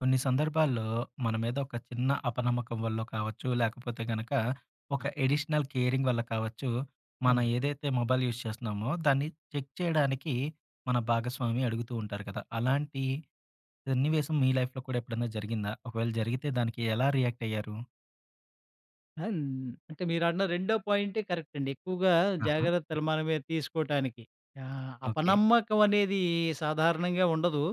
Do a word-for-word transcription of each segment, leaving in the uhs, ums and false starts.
కొన్ని సందర్భాల్లో మన మీద ఒక చిన్న అపనమ్మకం వల్ల కావచ్చు, లేకపోతే గనక ఒక ఆ! అడిషనల్ కేరింగ్ వల్ల కావచ్చు, మనం అవును. ఏదైతే మొబైల్ యూజ్ చేస్తున్నామో దాన్ని చెక్ చేయడానికి మన భాగస్వామి అడుగుతూ ఉంటారు కదా! అలాంటి సన్నివేశం మీ లైఫ్‌లో కూడా ఎప్పుడైనా జరిగిందా? ఒకవేళ జరిగితే దానికి ఎలా రియాక్ట్ అయ్యారు? ఆహ్, హ్మ్. అంటే మీరన్న రెండో పాయింటే కరెక్ట్ అండి. ఎక్కువగా ఆహా! జాగ్రత్తలు మనమే తీసుకోటానికి. ఆహ్, ఓకే. అపనమ్మకం అనేది సాధారణంగా ఉండదు.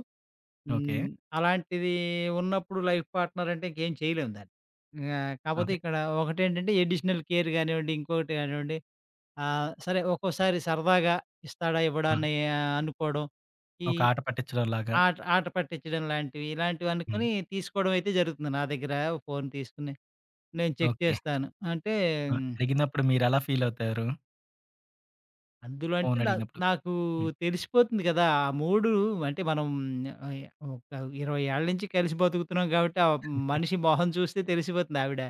ఓకే. హ్మ్. అలాంటిది ఉన్నప్పుడు లైఫ్ పార్ట్నర్ అంటే ఇంకేం చేయలేము దాన్ని. ఇంగా కాపోతే అదే. ఇక్కడ ఒకటేంటంటే అడిషనల్ కేర్ గానివ్వండి, ఇంకొకటి గానివ్వండి. ఆహ్, సరే ఒక్కోసారి సరదాగా ఇస్తాడా, ఇవ్వడా ఆ! అని అనుకోవడం. ఈ ఒక ఆట పట్టించడం లాగా. ఆట ఆట పట్టించడం లాంటివి, ఇలాంటివి హ్మ్. అనుకోని తీసుకోవడం అయితే జరుగుతుంది. నా దగ్గర ఫోను తీసుకొని నేను చెక్ ఓకే. చేస్తాను. అంటే ఆ! హ్మ్, అడిగినప్పుడు మీరెలా ఫీల్ అవుతారు? అందులో అంటే ఫోన్ నా అడిగినప్పుడు? నాకు హ్మ్. తెలిసిపోతుంది కదా! ఆ మూడు అంటే మనం, ఆహ్, ఒక ఇరవై ఏళ్ల నుంచి కలిసి బతుకుతున్నాం కాబట్టి, ఆ మనిషి మొహం చూస్తే తెలిసిపోతుంది ఆవిడ.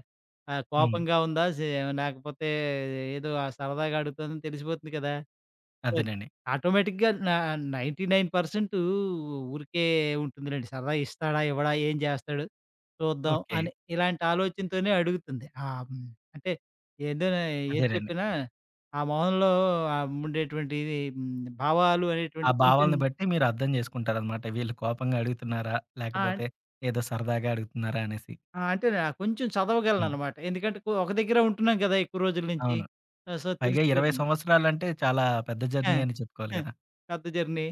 ఆహ్, హ్మ్. కోపంగా ఉందా? సే లేకపోతే ఏదో ఆ సరదాగా అడుగుతుందని తెలిసిపోతుంది కదా! సో, అదేనండి. ఆటోమేటిక్‌గా నా తొంభై తొమ్మిది శాతం ఊరికే ఉంటుందిలెండి. సరదా ఇస్తాడా? ఇవ్వడా? ఏం జేస్తాడు? చూద్దాం ఓకే. అని ఇలాంటి ఆలోచనతోనే అడుగుతుంది. ఆహ్, హ్మ్. అంటే ఏదైనా ఏది అదేనండి. చెప్పినా ఆ మొహంలో ఆహ్, ఉండేటువంటి హ్మ్, భావాలు ఆ అనేటువంటివి కొంచెం. భావాలను బట్టి మీరు అర్థం చేసుకుంటారనమాట. వీళ్ళు కోపంగా అడుగుతున్నారా? ఆ! లేకపోతే ఏదో సరదాగా అడుగుతున్నారా అనేసి. ఆ! అంటే, ఆహ్, కొంచెం హ్మ్. చదవగలననమాట. ఎందుకంటే కొ ఒక దగ్గరే ఉంటున్నాం గదా! ఎక్కువ రోజుల నుంచి. అవును. ఆ! సో, పైగా ఇరవై తెలిసిపోతుంది. సంవత్సరాలంటే చాలా పెద్ద ఆ! జర్నీ అని చెప్పుకోవాలి ఆ! గదా! పెద్ద జర్నీ.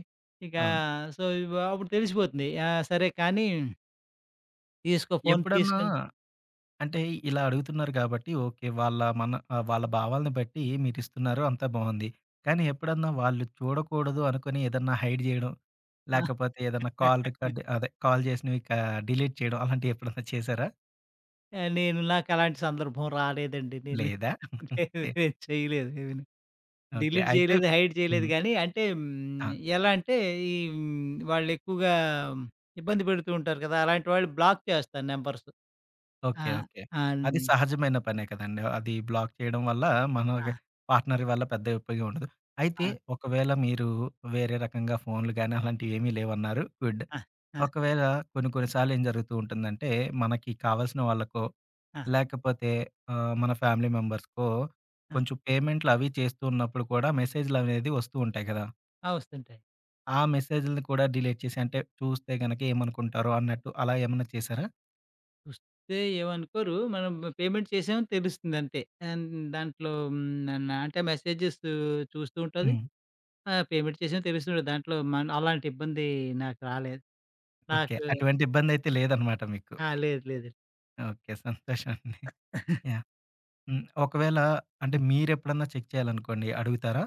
ఇక అవును. సో, ఇవ అప్పుడు తెలిసిపోతుంది. ఆ! సరే కానీ తీసుకో ఫోన్ ఎప్పుడన్నా తీసుకొని. అంటే ఇలా అడుగుతున్నారు కాబట్టి ఓకే. వాళ్ళ మన ఆహ్, వాళ్ళ భావాలను బట్టి మీరిస్తున్నారు అంతా బావుంది. కానీ ఎప్పుడన్నా వాళ్ళు చూడకూడదు అనుకుని ఏదన్నా హైడ్ జేయడం, ఆ! లేకపోతే ఏదన్నా కాల్ రికార్డ్ అదే కాల్ చేసినవి క డిలీట్ చేయడం అలాంటివి ఎప్పుడన్నా చేశారా? నేను నాకలాంటి సందర్భం రాలేదండి. నేను. లేదా? లేదు, ఓకే. నేను చేయలేదు. ఏమీని ఓకే. డిలీట్ అయితే చేయలేదు, హైడ్ చేయలేదు హ్మ్. గానీ అంటే హ్మ్, ఆ! ఎలా అంటే ఈ హ్మ్, వాళ్ళెక్కువగా ఇబ్బంది పెడుతూ ఉంటారు కదా! అలాంటి వాళ్ళు బ్లాక్ చేస్తాను నంబర్స్. ఆ! ఓకే. ఓకే. అన్ అది సహజమైన పనే కదండీ. అది బ్లాక్ చేయడం వల్ల మన ఆ! పార్ట్నర్ వల్ల పెద్ద ఉపయోగం ఉండదు. అయితే ఆ! ఒకవేళ మీరు వేరే రకంగా ఫోన్‌లు గాని అలాంటివేమీ లేవన్నారు గుడ్. ఆ! ఆ! ఒకవేళ కొన్ని కొన్ని సార్లు ఏం జరుగుతూ ఉంటుందంటే మనకి కావాల్సిన వాళ్ళకో ఆ! లేకపోతే ఆహ్, మన ఫ్యామిలీ మెంబర్స్‌కో ఆ! కొంచెం పేమెంట్లు అవి చేస్తూ ఉన్నప్పుడు కూడా మెసేజ్‌లనేది వస్తూ ఉంటాయి కదా! ఆ! వస్తుంటాయి. ఆ మెసేజ్‌లని కూడా డిలీట్ చేసి అంటే చూస్తే గనక ఏమనుకుంటారో అన్నట్టు అలా ఏమన్నా చేశారా? చూస్తే ఏమనుకోరు. మనం పేమెంట్ చేసామని తెలుస్తుందంతే. అండ్ దాంట్లో హ్మ్, న అంటే మెసేజెస్ చూస్తూ ఉంటది. హ్మ్. ఆ! పేమెంట్ చేసాం తెలుస్తుంది. దాంట్లో మన అలాంటి ఇబ్బంది నాకు రాలేదు. ఓకే. నాకు. అటువంటి ఇబ్బందైతే లేదనమాట మీకు. ఆ! లేదు లేదండి. ఓకే. సంతోషం అండి. యాహ్! హ్మ్. ఒకవేళ అంటే హ్మ్. మీరెప్పుడన్నా చెక్ చేయాలనుకోండి అడుగుతారా?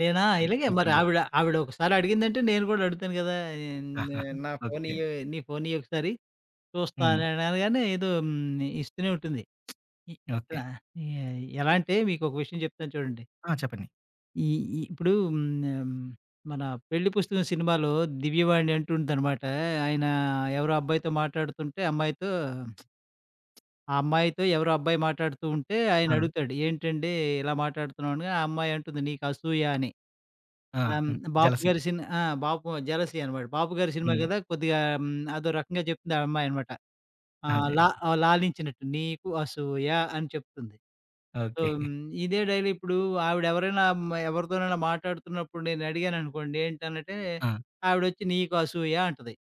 నేనా అంటే ఇలాగే మరి మీకనిపిస్ ఆవిడ, ఆవిడ ఒకసారి అడిగిందంటే నేను కూడా అడుగుతాను కదా! నే ఆహా! నా ఫోన్ ఓకే. ఇయ్యి, నీ ఫోన్ ఇయ్యి ఒకసారి. హ్మ్. హ్మ్. చూస్తాను అనగానే ఏదో హ్మ్, ఇస్తూనే ఉంటుంది. ఇ ఓకే. ఇక్కడ ఎ ఎలా అంటే మీకు ఒక విషయం చెప్తాను చూడండి. ఆ! చెప్పండి. ఈ ఈ ఇప్పుడు హ్మ్, మన 'పెళ్లి పుస్తకం' సినిమాలో దివ్యవాణి అంటుందనమాట. ఆయన ఎవరో అబ్బాయితో మాట్లాడుతుంటే అమ్మాయితో, ఆ అమ్మాయితో ఎవరో అబ్బాయి మాట్లాడుతూ ఉంటే ఆ! ఆయన అడుగుతాడు, "ఏంటండి ఇలా మాట్లాడుతున్నావు" అనగా ఆ అమ్మాయి అంటుంది, "నీకు అసూయ" అని. ఆ! ఆహ్, హ్మ్, హ్మ్. బాపు జెలసీ. గారి సిన్ ఆ! బాపు జెలసీ అనమాట. బాపు గారి సినిమా హ్మ్. కదా! కొద్దిగా హ్మ్, అదో రకంగా చెప్తుంది ఆ అమ్మాయి అనమాట. ఆహ్, అదే. లా ఆహ్, లాలించినట్టు "నీకు అసూయ" అని చెప్తుంది. So, okay. హ్మ్, ఇదే డైలీ ఇప్పుడు ఆవిడ ఎవరైనా, మ ఎవరితోనైనా మాట్లాడుతున్నప్పుడు నేను అడిగాననుకోండి, ఏంటనంటే ఆ! ఆవిడొచ్చి "నీకు అసూయ" అంటది.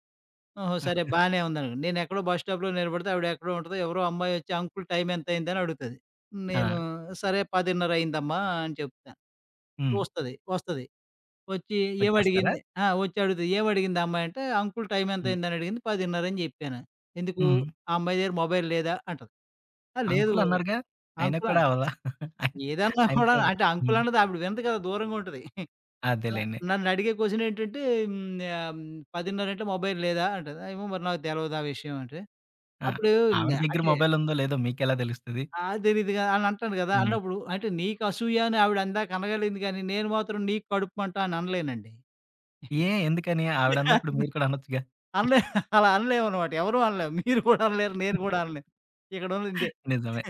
ఓహో! ఆ! సరే బానే ఉందనుకోండి. నేనెక్కడో బస్ స్టాప్‌లో నిలబడితే ఆవిడెక్కడో ఉంటది. ఎవరో అమ్మాయొచ్చి "అంకుల్ టైమ్ ఎంతయిందని" అడుగుతది. ఆ! నేను "సరే పది ముప్పై అయిందమ్మా" అని చెప్తాను. హ్మ్. వస్తది. వస్తది. వచ్చి వచ్చేస్తారా? ఏమడిగింది ఆ! వచ్చి అడుగుతది. ఏమడిగింది ఆ అమ్మాయి అంటే, "అంకుల్ టైమ్ హ్మ్. ఎంతయిందని" అడిగింది. పది ముప్పై అని చెప్పాను. "ఎందుకు హ్మ్. ఆ అమ్మాయి దగ్గర మొబైల్ లేదా?" అంటది. "ఆ! లేదు అంకుల్ అన్నారుగా! అయినా అంకుల్." కూడా అవ్వదా? ఏదన్నా కూడా ఆయనకు అంటే అంకుల్ హ్మ్. అన్నది ఆవిడ వినదు కదా! దూరంగా ఉంటది. న అదేలెండి. నన్నడిగే క్వెషన్ ఏంటంటే, హ్మ్, ఆహ్, "పది ముప్పై అంటే మొబైల్ లేదా?" అంటది. "ఏమో మరి నాకు తెలవదు ఆ విషయం" అంటే ఆ! అప్పుడు న ఆవిడ దగ్గర అంటే, మొబైల్ ఉందో లేదో మీకెలా తెలుస్తది? ఆ! తెలీదుగా అని అంటాను గదా! హ్మ్. అన్నప్పుడు అంటే నీకు అసూయ అని ఆవిడ అందాక అనగలిగింది గానీ, నేను మాత్రం నీకు కడుపు మంట అని అనలేనండి. ఏ ఎందుకని? ఆవిడన్నప్పుడు మీరు కూడా అనొచ్చుగా. అనలే అలా అనలేమనమాట. ఎవరు అనలేము. మీరు కూడా అనలేరు. నేను గూడా అనలేను. ఇక్కడుంది ఇంతే. నిజమే.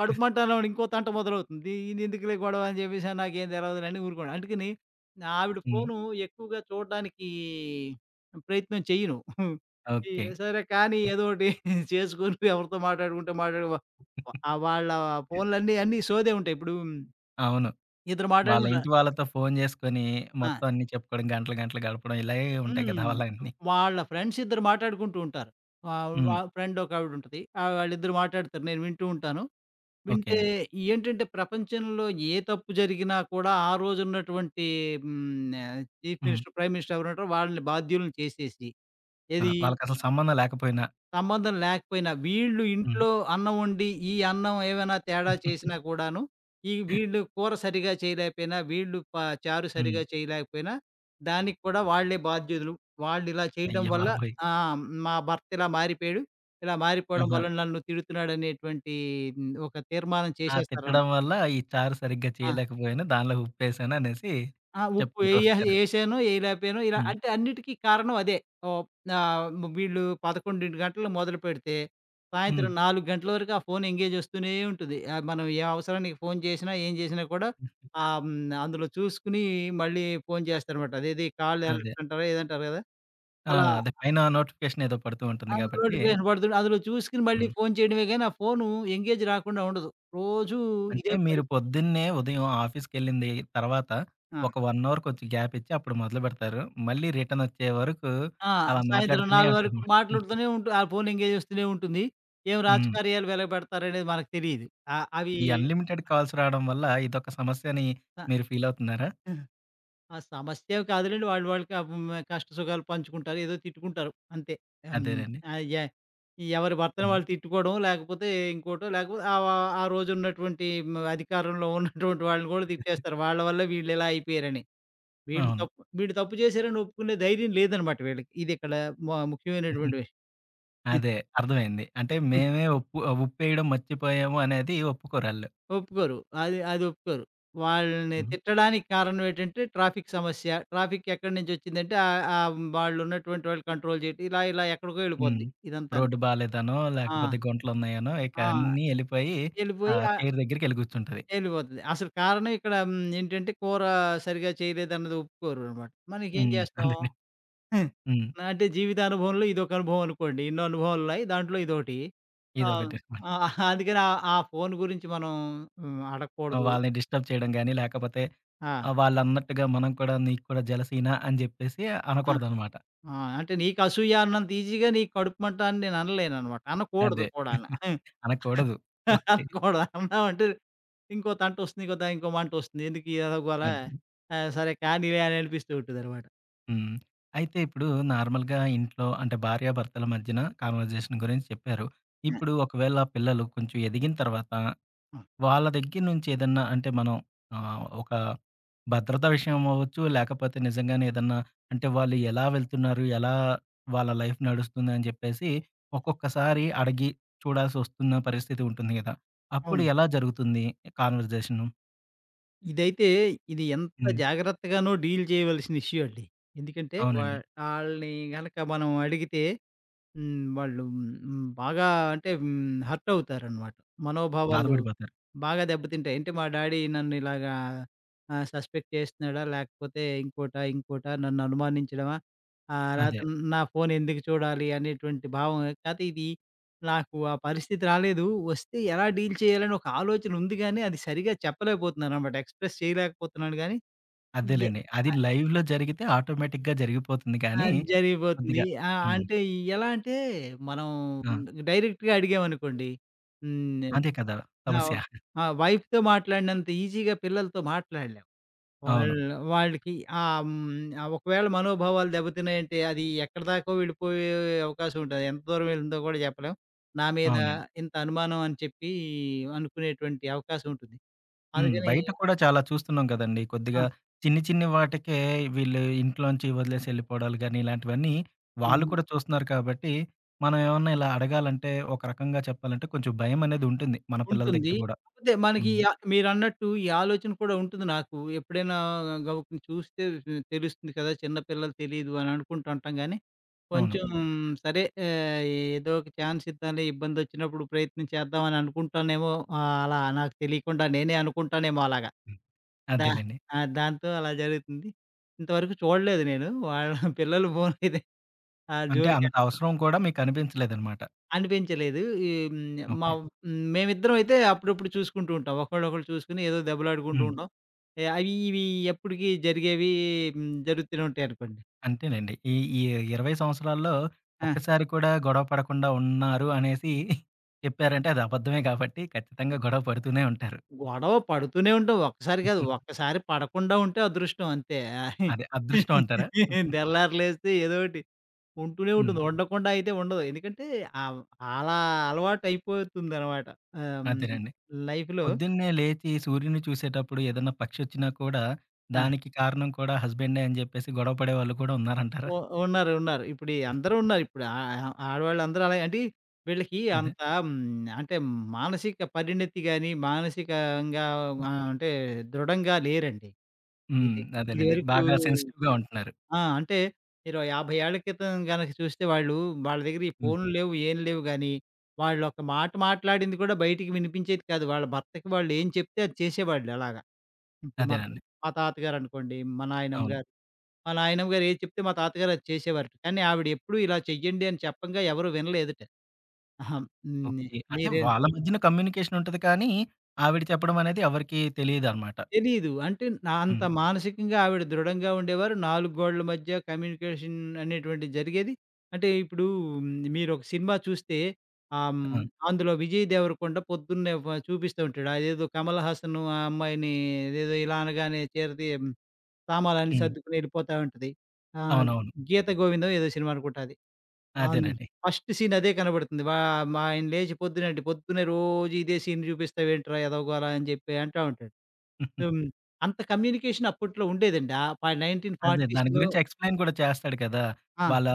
కడుపు మంట అన్నప్పుడు ఇంకో తంట మొదలవుతుంది. ఇది ఎందుకులే గొడవ అని చెప్పేసి నాకేం తెలవదులే ఊరుకోవడం. అందుకని నా ఆవిడ హ్మ్. ఫోను ఎక్కువగా చూడడానికి ప్రయత్నం చెయ్యను. ఈ ఓకే. సరే కానీ ఏదో ఒకటి చేసుకొని ఎవరితో మాట్లాడుకుంటే మాట్లాడు వ ఆహ్, వాళ్ళ ఫోన్‌లన్నీ, అన్నీ సోదే ఉంటాయి. ఇప్పుడు అవును. ఇద్దరు వాళ్ళ మాట్లాడుకుంటా ఇంటి వాళ్ళతో ఫోను జేసుకొని, ఆ! మొత్తం అన్నీ చెప్పుకోవడం, గంటలు గంటలు గడపడం ఇలాగే ఉంటాయి కదా! హ్మ్. వాళ్ళన్నీ. వాళ్ళ ఫ్రెండ్స్ ఇద్దరు మాట్లాడుకుంటూ ఉంటారు. ఆహ్, వా హ్మ్. ఫ్రెండ్ ఒకావిడ ఉంటది. ఆహ్, వాళ్ళిద్దరు మాట్లాడుతారు. నేను వింటూ ఉంటాను. ఓకే వింటే అండి. ఏంటంటే ప్రపంచంలో ఏ తప్పు జరిగినా కూడా ఆ రోజున్నటువంటి హ్మ్. ఆహ్, చీఫ్ హ్మ్. మినిస్టర్, ప్రైమ్ మినిస్టర్ ఎవరుంటారో వాళ్ళని బాధ్యులను చేసేసి, ఆ! ఏది వాళ్ళకసలు సంబంధం లేకపోయినా. సంబంధం లేకపోయినా వీళ్ళు హ్మ్. ఇంట్లో అన్నం వండి, ఈ అన్నం ఏమైనా తేడా చేసినా కూడాను, ఈ వీళ్ళు కూర సరిగా చేయలేకపోయినా, వీళ్ళు ప చారు హ్మ్. సరిగా చేయలేకపోయినా, దానికి కూడా వాళ్ళే బాధ్యులు. వాళ్ళు ఇలా చేయడం అయ్య వల్ల, బాబోయ్! ఆ! మా భర్త ఇలా మారిపోయాడు. ఇలా మారిపోవడం ఆహా! వల్ల నన్ను తిడుతున్నాడనేటువంటి, హ్మ్. ఒక తీర్మానం ఆ చేసేస్తారనమాట. తిట్టడం వల్ల ఈ చారు సరిగ్గా ఆ! చేయలేకపోయాను. దానిలో ఉప్పేసాను అనేసి ఆ! ఉప్పు చెప్పుకుంటూ ఎయ్య వస్తారు. ఎసానో, ఎయలేకపోయానో ఇలా హ్మ్. అంటే అన్నిటికి కారణం అదే. ఓహ్! ఆహ్, వీళ్ళు పదకొండు గంటలు మొదలుపెడితే, హ్మ్. సాయంత్రం నాలుగు గంటల వరకు ఆ ఫోన్ ఎంగేజ్ వస్తూనే ఉంటుంది. ఆహ్, మనం ఏ అవసరానికి ఫోన్ చేసినా, ఏం చేసినా కూడా ఆహ్, హ్మ్, అందులో చూసుకొని మళ్ళీ ఫోన్ చేస్తారనమాట. అదేది కాల్ అదే. అలర్ట్ అంటారో ఏదంటారు కదా! ఆ! అలా, అదే పైన నోటిఫికేషన్ ఏదో పడుతూ ఉంటుంది ఆ! గాబట్టి. నోటిఫికేషన్ పడుతుంది. అందులో చూసుకొని మళ్ళీ హ్మ్. ఫోన్ చేయడమే గానీ, ఆ ఫోను ఎంగేజ్ రాకుండా ఉండదు. రోజూ అంటే ఇదే మీరు పని. పొద్దున్నే ఉదయం ఆఫీస్‌కెళ్ళింది తర్వాత ఆ! ఒక వన్ అవర్ కొంచెం గ్యాప్ ఇచ్చి అప్పుడు మొదలుపెడతారు. మళ్ళీ రిటర్నొచ్చే వరకు ఆ! అలా సాయంత్రం మాట్లాడుతూనే నాలుగు వరకు ఉంటారు. మాట్లాడుతూనే ఉంటు ఆ ఫోన్ ఎంగేజ్ వస్తూనే ఉంటుంది. ఏం హ్మ్. హ్మ్. రాజకార్యాలు వెలగబెడతారనేది మనకు తెలీదు. ఆహ్, అవి ఈ తెలీదు. అన్‌లిమిటెడ్ కాల్స్ రావడం వల్ల ఇదొక సమస్యని స మీరు ఫీలవుతున్నారా? ఆ! ఆ సమస్య కాదులెండి. వాళ్ళు వాళ్ళు క హ్మ్, కష్ట సుఖాలు పంచుకుంటారు. ఏదో తిట్టుకుంటారు అంతే. హ్మ్. అదేనండి. ఆహ్, ఎ ఎవరి భర్తను హ్మ్. వాళ్ళు తిట్టుకోవడం, లేకపోతే ఇంకోటో, లేకపోతే ఆ వ ఆ రోజున్నటువంటి, హ్మ్, అధికారంలో ఉన్నటువంటి వాళ్ళని కూడా తిట్టేస్తారు. వాళ్ళ వల్ల వీళ్ళు ఇలా అయిపోయారని. వీళ్ళు అవును. తప్పు వీళ్ళు తప్పు చేశారని ఒప్పుకునే ధైర్యం లేదనమాట వీళ్ళకి. ఇది ఇక్కడ మ ముఖ్యమైనటువంటి విషయం. అదే. అర్థమైంది. అంటే మేమే ఉప్పు ఉప్పేయడం మర్చిపోయాము అనేది ఒప్పుకోరాళ్ళు. ఒప్పుకోరు. అది అది ఒప్పుకోరు. వాళ్ళని హ్మ్. తిట్టడానికి కారణం ఏంటంటే ట్రాఫిక్ సమస్య. ట్రాఫిక్ ఎక్కడి నుంచొచ్చిందంటే ఆహ్, ఆహ్, వాళ్ళున్నటువంటి, వాళ్ళు ఉన్నటువంటి వాళ్ళు కంట్రోల్ చేయటం, ఇలా ఇలా ఎక్కడికో హ్మ్. వెళ్ళిపోద్ది ఇదంతాను. రోడ్డు బాలేదనో, ఆ! లేకపోతే గుంటలున్నాయనో ఇక ఆ! అన్నీ ఎళ్ళిపోయి ఆ వెళ్ళిపోయి ఆహ్, చైర్ దగ్గరికెళ్లి కూర్చుంటది. వెళ్ళిపోతది. అసలు కారణం ఇక్కడ హ్మ్. ఏంటంటే కూర సరిగ్గా చేయలేదన్నది ఒప్పుకోరనమాట. మనకేం హ్మ్. చేస్తాం? అదే. హ్మ్. అంటే జీవితానుభవంలో ఇదొక అనుభవం అనుకోండి. ఎన్నో అనుభవాలున్నాయి. దాంట్లో ఇదోటి. ఆ! ఇదొకటి అనమాట. ఆ! అందుకని ఆ ఆ ఫోను గురించి మనం హ్మ్. అడగకూడదు. వాళ్ళని డిస్టర్బ్ చేయడం గాని, లేకపోతే ఆ! ఆహ్, వాళ్ళన్నట్టుగా మనం కూడా నీకు కూడా జెలసీనా అని జెప్పేసి అనకూడదనమాట. ఆ! అంటే నీకు అసూయ అన్నంత ఈజీగా నీకు కడుపుమంట అని నేను అనలేననమాట. అనకూడదు అదే. కూడాను. అనకూడదు. ఓకే. అనకూడదు. అన్నావంటే ఇంకో తంటొస్తుంది. ఇంకో త ఇంకో మంటొస్తుంది. ఎందుకు ఈ అలగోల. అదే. ఆహ్, సరే కానీలే అని అనిపిస్తూ ఉంటుందనమాట. హ్మ్. అయితే ఇప్పుడు నార్మల్‌గా ఇంట్లో అంటే భార్యాభర్తల మధ్యన కన్వర్జేషన్ గురించి చెప్పారు. ఆ! ఇప్పుడు ఒకవేళ పిల్లలు కొంచెం ఎదిగిన తర్వాత ఆ! వాళ్ళ దగ్గర నుంచి ఏదన్నా అంటే మనం ఆహ్, ఒక భద్రత విషయం అవ్వచ్చు, లేకపోతే నిజంగానే ఏదన్నా అంటే వాళ్ళు ఎలా వెళ్తున్నారు, ఎలా వాళ్ళ లైఫ్ నడుస్తుందని చెప్పేసి ఒక్కొక్కసారి అడిగి చూడాల్సొస్తున్న పరిస్థితి ఉంటుంది గదా! అప్పుడు అవును. ఎలా జరుగుతుంది కాన్వర్జేషను? ఇదైతే ఇది ఎంత హ్మ్. జాగ్రత్తగానో డీల్ చేయవలసిన ఇష్యూ అండి. ఎందుకంటే వా అవునండి. ఆళ్ళని గనక మనం అడిగితే హ్మ్. వాళ్ళు హ్మ్. బాగా అంటే హ్మ్. హర్ట్ అవుతారనమాట. మనోభావాలు బాధపడిపోతారు. బాగా దెబ్బతింటాయి. అంటే మా డాడీ నన్ను ఇలాగా ఆహ్, సస్పెక్ట్ చేస్తున్నాడా? లేకపోతే ఇంకోటా, ఇంకోటా, నన్ను అనుమానించడమా? ఆహ్, హ్మ్. అదే. లేతే నా ఫోన్ ఎందుకు చూడాలి అనేటువంటి భావం. కాతే, ఇది నాకు ఆ పరిస్థితి రాలేదు. వస్తే ఎలా డీల్ చేయాలని ఒక ఆలోచన ఉంది గానీ, అది సరిగ్గా చెప్పలేకపోతున్నాననమాట. ఎక్స్‌ప్రెస్ చేయలేకపోతున్నాను గానీ, ఎ అదేలెండి. అది లైవ్‌లో జరిగితే ఆటోమేటిక్‌గా జరిగిపోతుంది ఆ! కానీ జరిగిపోతుంది. కొద్దిగా ఆ! హ్మ్. అంటే ఎలా అంటే మనం ఆ! డైరెక్ట్‌గా అడిగామనుకోండి. హ్మ్. అదే కదా! ఆ! సమస్య. ఆ! వైఫ్‌తో మాట్లాడినంత ఈజీగా పిల్లలతో మాట్లాడలేం. అవును. వాళ్ళు, వాళ్ళకి ఆహ్, హ్మ్, ఒకవేళ మనోభావాలు దెబ్బతిన్నాయంటే అది ఎక్కడిదాకో వెళ్ళిపోయే అవకాశం ఉంటది. ఎంత దూరం వెళ్ళిందో కూడా చెప్పలేం. నా మీద అవునండి. ఇంత అనుమానం అని చెప్పి అనుకునేటువంటి అవకాశం ఉంటుంది. హ్మ్. అందుకని, బయట కూడా చాలా చూస్తున్నాం కదండీ. ఆ! కొద్దిగా చిన్ని చిన్ని వాటికే వీళ్ళు ఇంట్లోంచి వదిలేసి ఎళ్ళిపోవడాలు గాని ఇలాంటివన్నీ వాళ్ళు హ్మ్. కూడా చూస్తున్నారు కాబట్టి, మనం ఏమన్నా ఇలా అడగాలంటే ఒక రకంగా చెప్పాలంటే కొంచెం భయమనేది ఉంటుంది. మన పిల్లల ఉంటుంది. దగ్గర గూడా. కాకపోతే మనకి హ్మ్. ఈ, ఆహ్, మీరన్నట్టు ఈ ఆలోచన కూడా ఉంటుంది నాకు. ఎప్పుడైనా గబుక్కున చూస్తే తెలుస్తుంది కదా! చిన్న పిల్లలు తెలీదు అని అనుకుంటూ ఉంటాం గానీ, అవును. కొంచెం సరే ఆహ్, ఏదో ఒక ఛాన్స్ ఇద్దాంలే, ఇబ్బందొచ్చినప్పుడు ప్రయత్నం చేద్దాం అని అనుకుంటానేమో, ఆహ్, అలా నాకు తెలియకుండా నేనే అనుకుంటానేమో అలాగా. హ్మ్. దా అదేలెండి. ఆ! దాంతో అలా జరుగుతుంది. ఇంతవరకు చూడలేదు నేను. వాళ్ళ పిల్లలు ఫోన్‌లయితే ఆ అంటే అంత జోలికెళ్ళలేదు. అవసరం కూడా మీకు అనిపించలేదనమాట. అనిపించలేదు. ఈ హ్మ్. మా ఓకే. హ్మ్. మేమిద్దరం అయితే అప్పుడప్పుడు చూసుకుంటూ ఉంటాం. ఒకళ్ళనొకళ్ళు చూసుకొని ఏదో దెబ్బలాడుకుంటూ హ్మ్. ఉంటాం. ఎ అవి ఇవి ఎప్పటికి జరిగేవి, హ్మ్. జరుగుతూనే ఉంటాయనుకోండి. అంతేనండి. ఈ ఈ ఇరవై సంవత్సరాల్లో ఆ! ఒక్కసారి కూడా గొడవ పడకుండా ఉన్నారు అనేసి చెప్పారంటే అది అబద్ధమే కాబట్టి ఖచ్చితంగా గొడవ పడుతూనే ఉంటారు. గొడవ పడుతూనే ఉంటాం. ఒక్కసారి కాదు. ఒక్కసారి పడకుండా ఉంటే అదృష్టం అంతే. అదే అదృష్టం అంటారా? తెల్లారి లేస్తే ఏదోకటి ఉంటూనే హ్మ్. ఉంటుంది. ఉండకుండా అయితే ఉండదు. ఎందుకంటే ఆవ్ అలా అలవాటయిపోతుందనమాట. ఆహ్, హ్మ్. అదేనండి. లైఫ్‌లో పొద్దున్నే లేచి సూర్యుడిని చూసేటప్పుడు ఏదన్నా పక్షొచ్చినా కూడా ఆ! దానికి కారణం కూడా హస్బెండే అని జెప్పేసి గొడవ పడేవాళ్ళు కూడా ఉన్నారంటారా? ఉ ఉన్నారు. ఉన్నారు. ఇప్పుడు ఈ అందరూ ఉన్నారు. ఇప్పుడు ఆ, ఆహ్, ఆడవాళ్ళందరూ అలాగే అంటే వీళ్ళకి అదే. అంత, హ్మ్, అంటే మానసిక పరిణతి గాని, మానసికంగా ఆహ్, అంటే దృఢంగా లేరండి. హ్మ్. ఇది అదేనండి. ఇదివరకు, బాగా సెన్సిటివ్‌గా ఉంటున్నారు. ఆ! అంటే మీరు యాభై ఏళ్ల క్రితం గనక చూస్తే వాళ్ళు, వాళ్ళ దగ్గర ఈ హ్మ్. ఫోన్‌లు లేవు, ఏం లేవు గానీ, వాళ్ళు ఒక మాట మాట్లాడింది కూడా బయటికి వినిపించేది కాదు. వాళ్ళ భర్తకి వాళ్ళు ఏం చెప్తే అది చేసేవాళ్ళు అలాగా. ఇప్పుడు మా అదేనండి. మా తాతగారనుకోండి, మా నాయనమ్మ అవును. గారు, మా నాయనమ్మ గారు ఏది చెప్తే మా తాతగారు అది చేసేవారట. కానీ ఆవిడ ఎప్పుడు ఇలా చెయ్యండి అని చెప్పంగా ఎవరు వినలేదట. అహా! హ్మ్. ఓకే. అంటే మీరే వాళ్ళ మధ్యన కమ్యూనికేషన్ ఉంటది కానీ, ఆవిడ చెప్పడం అనేది ఎవరికీ తెలీదనమాట. తెలీదు. అంటే నా అంత హ్మ్. మానసికంగా ఆవిడ దృఢంగా ఉండేవారు. నాలుగు గోడల మధ్య కమ్యూనికేషన్ అనేటువంటిది జరిగేది. అంటే ఇప్పుడు మీరొక సినిమా చూస్తే ఆహ్, హ్మ్, ఆ! అందులో విజయ్ దేవరకొండ పొద్దున్నే వ చూపిస్తూ ఉంటాడు. అదేదో కమల్ హాసన్ ఆ అమ్మాయిని ఏదేదో ఇలా అనగానే చీరది సామాలన్నీ హ్మ్. సర్దుకొని ఎళ్ళిపోతా ఉంటది. ఆహ్, అవునవును. 'గీత గోవిందం' ఏదో సినిమా అనుకుంటా అది. అవును. అదేనండి. ఫస్ట్ సీన్ అదే కనబడుతుంది. వా మా ఆయన లేచి పొద్దునండి, పొద్దున్నే రోజు ఇదే సీన్ చూపిస్తావేంట్రా ఎదవగోలా అని చెప్పి అంటా ఉంటాడు. హ్మ్. అంత కమ్యూనికేషన్ అప్పట్లో ఉండేదండి. ఆ ప అదే. దాని పంతొమ్మిది వందల నలభైలలో. గురించి ఎక్స్‌ప్లెయిన్ కూడా చేస్తాడు కదా! ఆ! వాళ్ళ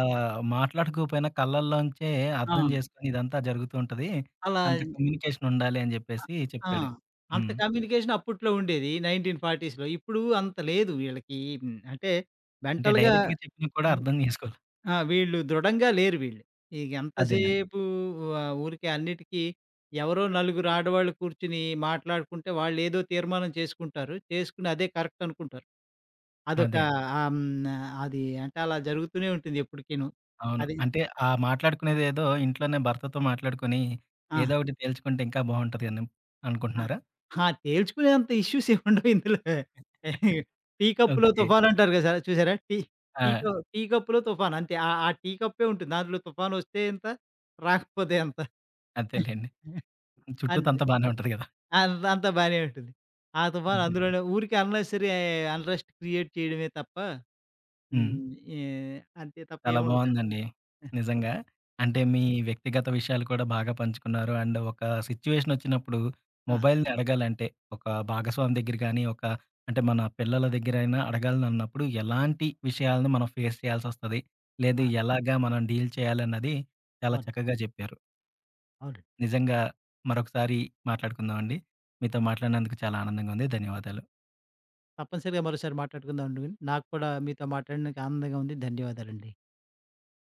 మాట్లాడుకోపోయినా కళ్ళల్లోంచే అర్థం ఆ! చేసుకొని ఇదంతా జరుగుతూ ఉంటది. అలా అంత కమ్యూనికేషన్ ఉండాలి అని అ చెప్పేసి ఆ! చెప్తాడు. అంత హ్మ్. కమ్యూనికేషన్ అప్పట్లో ఉండేది. పంతొమ్మిది వందల నలభైలలో ఇప్పుడు అంత లేదు వీళ్ళకి. హ్మ్. అంటే అంటే మెంటల్‌గా, డైరెక్ట్‌గా చెప్పినా కూడా అర్థం చేసుకోవాలి. ఆ! వీళ్ళు దృఢంగా లేరు వీళ్ళు. ఇగ హ్మ్. అదేనండి. ఎంతసేపు ఆహ్, ఊరికే అన్నిటికి, ఎవరో నలుగురు ఆడవాళ్ళు కూర్చొని మాట్లాడుకుంటే వాళ్ళేదో తీర్మానం చేసుకుంటారు. చేసుకుని అదే కరెక్ట్ అనుకుంటారు. అదొక అదే. ఆహ్, హ్మ్. అది అంటే అలా జరుగుతూనే ఉంటుంది ఎప్పటికీను. అవును. అది అంటే ఆ మాట్లాడుకునేదేదో ఇంట్లోనే భర్తతో మాట్లాడుకొని ఆ! ఏదో ఒకటి తేల్చుకుంటే ఇంకా బావుంటది అని ఆ! అనుకుంటున్నారా? ఆ! తేల్చుకునేంత ఇష్యూస్ ఏముండవు ఇందులో. టీ కప్పులో ఓకే. తుఫాను అంటారు కదా! సార్, చూసారా? టీ టీ ఆ! క టీ కప్పులో తుఫాను అంతే. ఆ ఆ టీ కప్పే ఉంటుంది. దాంట్లో తుఫానొస్తే ఇంత, రాకపోతే ఎంత. అంతేలెండి. అంతే. చుట్టూతంతా బానే ఉంటది కదా! అద్ అంతా బానే ఉంటుంది. ఆ తుఫాను అదే. అందులోనే ఊరికే అన్నెసెసరీ అన్‌రెస్ట్ క్రియేట్ చేయడమే తప్ప, హ్మ్. హ్మ్. ఏ అంతే తప్ప చాలా ఏముండదండి. బావుందండి. నిజంగా. అంటే మీ వ్యక్తిగత విషయాలు కూడా బాగా పంచుకున్నారు. అండ్ ఒక సిట్యుయేషన్ ఒచ్చినప్పుడు ఆ! మొబైల్‌ని అడగాలంటే ఒక భాగస్వామి దగ్గర గాని, ఒక అంటే మన పిల్లల దగ్గరైనా అడగాలనన్నప్పుడు ఎలాంటి విషయాలను మనం ఫేస్ చేయాల్సొస్తది. లేదు ఆ! ఎలాగా మనం డీల్ చేయాలన్నది చాలా అవును. చక్కగా చెప్పారు. అవునండి. నిజంగా మరొకసారి మాట్లాడుకుందామండి. మీతో మాట్లాడినందుకు చాలా ఆనందంగా ఉంది. ధన్యవాదాలు. తప్పనిసరిగా మరోసారి మాట్లాడుకుందామండి. నాకు కూడా మీతో మాట్లాడినందుకు ఆనందంగా ఉంది. ధన్యవాదాలండి.